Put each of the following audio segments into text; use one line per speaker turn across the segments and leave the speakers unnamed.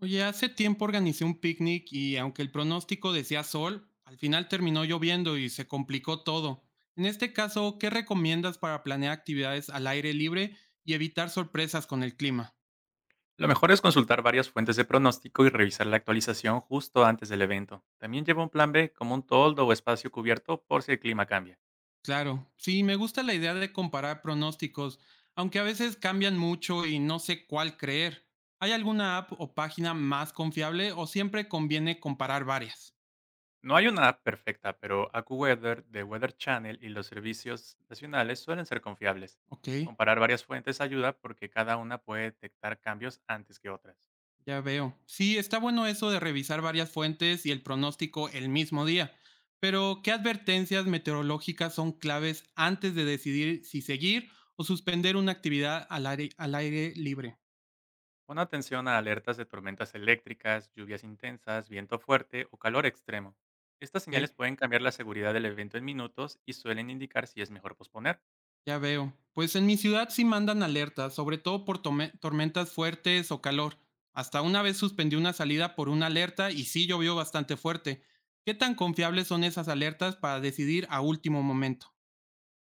Oye, hace tiempo organicé un picnic y aunque el pronóstico decía sol, al final terminó lloviendo y se complicó todo. En este caso, ¿qué recomiendas para planear actividades al aire libre y evitar sorpresas con el clima?
Lo mejor es consultar varias fuentes de pronóstico y revisar la actualización justo antes del evento. También lleva un plan B como un toldo o espacio cubierto por si el clima cambia.
Claro, sí, me gusta la idea de comparar pronósticos, aunque a veces cambian mucho y no sé cuál creer. ¿Hay alguna app o página más confiable o siempre conviene comparar varias?
No hay una app perfecta, pero AccuWeather, The Weather Channel y los servicios nacionales suelen ser confiables.
Ok.
Comparar varias fuentes ayuda porque cada una puede detectar cambios antes que otras.
Ya veo. Sí, está bueno eso de revisar varias fuentes y el pronóstico el mismo día. Pero, ¿qué advertencias meteorológicas son claves antes de decidir si seguir o suspender una actividad al aire libre?
Pon atención a alertas de tormentas eléctricas, lluvias intensas, viento fuerte o calor extremo. Estas
Ok,
señales pueden cambiar la seguridad del evento en minutos y suelen indicar si es mejor posponer.
ya veo. Pues en mi ciudad sí mandan alertas, sobre todo por tormentas fuertes o calor. Hasta una vez suspendí una salida por una alerta y sí llovió bastante fuerte. ¿Qué tan confiables son esas alertas para decidir a último momento?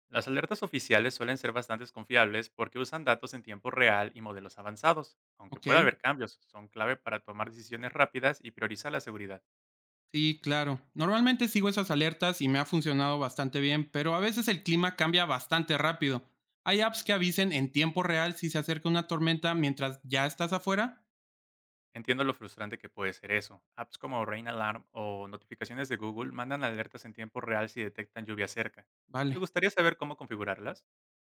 Las alertas oficiales suelen ser bastante confiables porque usan datos en tiempo real y modelos avanzados. Aunque
Ok.
pueda haber cambios, son clave para tomar decisiones rápidas y priorizar la seguridad.
Sí, claro. Normalmente sigo esas alertas y me ha funcionado bastante bien, pero a veces el clima cambia bastante rápido. ¿Hay apps que avisen en tiempo real si se acerca una tormenta mientras ya estás afuera?
Entiendo lo frustrante que puede ser eso. Apps como Rain Alarm o notificaciones de Google mandan alertas en tiempo real si detectan lluvia cerca. ¿Te
Vale.
gustaría saber cómo configurarlas?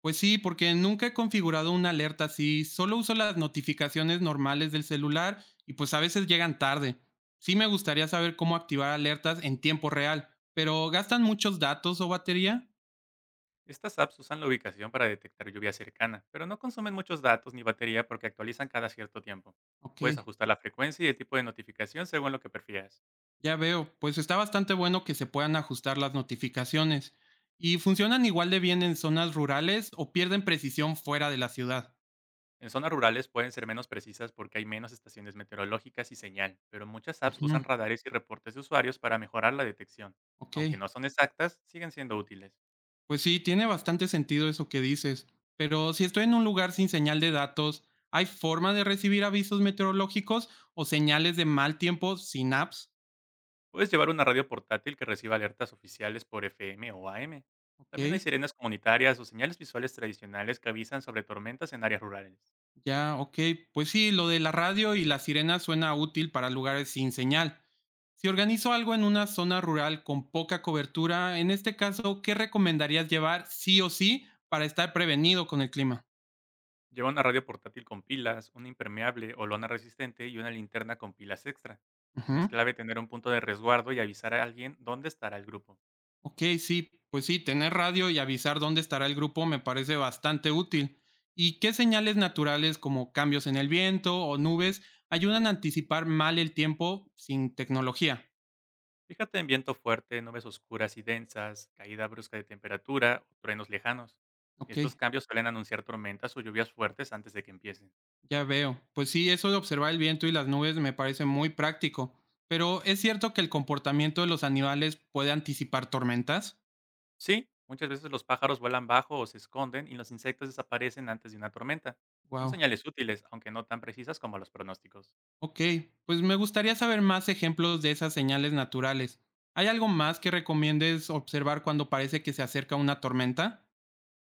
Pues sí, porque nunca he configurado una alerta así, solo uso las notificaciones normales del celular y pues a veces llegan tarde. Sí me gustaría saber cómo activar alertas en tiempo real, pero ¿gastan muchos datos o batería?
Estas apps usan la ubicación para detectar lluvia cercana, pero no consumen muchos datos ni batería porque actualizan cada cierto tiempo.
Ok.
Puedes ajustar la frecuencia y el tipo de notificación según lo que prefieras.
Ya veo, pues está bastante bueno que se puedan ajustar las notificaciones. ¿Y funcionan igual de bien en zonas rurales o pierden precisión fuera de la ciudad?
En zonas rurales pueden ser menos precisas porque hay menos estaciones meteorológicas y señal, pero muchas apps
Ujú.
usan radares y reportes de usuarios para mejorar la detección.
Ok,
Aunque no son exactas, siguen siendo útiles.
pues sí, tiene bastante sentido eso que dices. Pero si estoy en un lugar sin señal de datos, ¿hay forma de recibir avisos meteorológicos o señales de mal tiempo sin apps?
Puedes llevar una radio portátil que reciba alertas oficiales por FM o AM. También hay
Ok,
sirenas comunitarias o señales visuales tradicionales que avisan sobre tormentas en áreas rurales.
ya, ok. Pues sí, lo de la radio y la sirena suena útil para lugares sin señal. Si organizo algo en una zona rural con poca cobertura, en este caso, ¿qué recomendarías llevar sí o sí para estar prevenido con el clima?
Lleva una radio portátil con pilas, un impermeable o lona resistente y una linterna con pilas extra. También es
Ujú.
clave tener un punto de resguardo y avisar a alguien dónde estará el grupo.
Ok, sí, pues sí, tener radio y avisar dónde estará el grupo me parece bastante útil. ¿Y qué señales naturales como cambios en el viento o nubes ayudan a anticipar mal el tiempo sin tecnología?
Fíjate en viento fuerte, nubes oscuras y densas, caída brusca de temperatura o truenos lejanos.
Ok.
Estos cambios suelen anunciar tormentas o lluvias fuertes antes de que empiecen.
Ya veo. Pues sí, eso de observar el viento y las nubes me parece muy práctico. Pero ¿es cierto que el comportamiento de los animales puede anticipar tormentas?
Sí, muchas veces los pájaros vuelan bajo o se esconden y los insectos desaparecen antes de una tormenta. Son
Wow.
señales útiles, aunque no tan precisas como los pronósticos.
Ok, pues me gustaría saber más ejemplos de esas señales naturales. ¿Hay algo más que recomiendes observar cuando parece que se acerca una tormenta?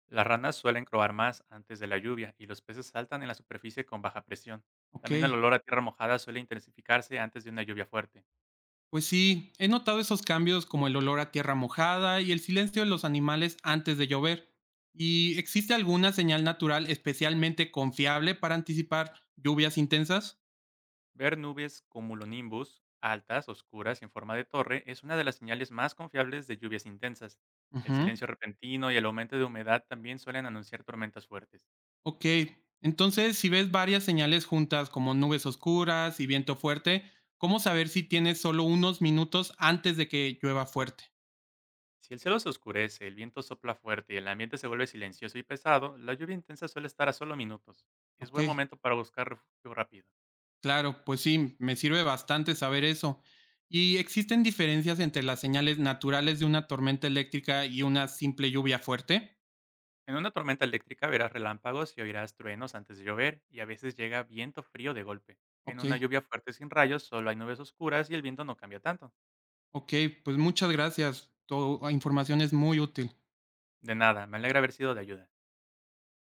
Las ranas suelen croar más antes de la lluvia y los peces saltan en la superficie con baja presión.
Ok,
También el olor a tierra mojada suele intensificarse antes de una lluvia fuerte.
pues sí, he notado esos cambios como el olor a tierra mojada y el silencio de los animales antes de llover. ¿Y existe alguna señal natural especialmente confiable para anticipar lluvias intensas?
Ver nubes cumulonimbus altas, oscuras y en forma de torre es una de las señales más confiables de lluvias intensas. El
Ujú.
silencio repentino y el aumento de humedad también suelen anunciar tormentas fuertes.
Ok. Entonces, si ves varias señales juntas como nubes oscuras y viento fuerte, ¿cómo saber si tienes solo unos minutos antes de que llueva fuerte?
Si el cielo se oscurece, el viento sopla fuerte y el ambiente se vuelve silencioso y pesado, la lluvia intensa suele estar a solo minutos. Es
Ok,
buen momento para buscar refugio rápido.
claro, pues sí, me sirve bastante saber eso. ¿Y existen diferencias entre las señales naturales de una tormenta eléctrica y una simple lluvia fuerte?
En una tormenta eléctrica verás relámpagos y oirás truenos antes de llover y a veces llega viento frío de golpe. En
Ok,
una lluvia fuerte sin rayos solo hay nubes oscuras y el viento no cambia tanto.
ok, pues muchas gracias. Tu información es muy útil.
De nada, me alegra haber sido de ayuda.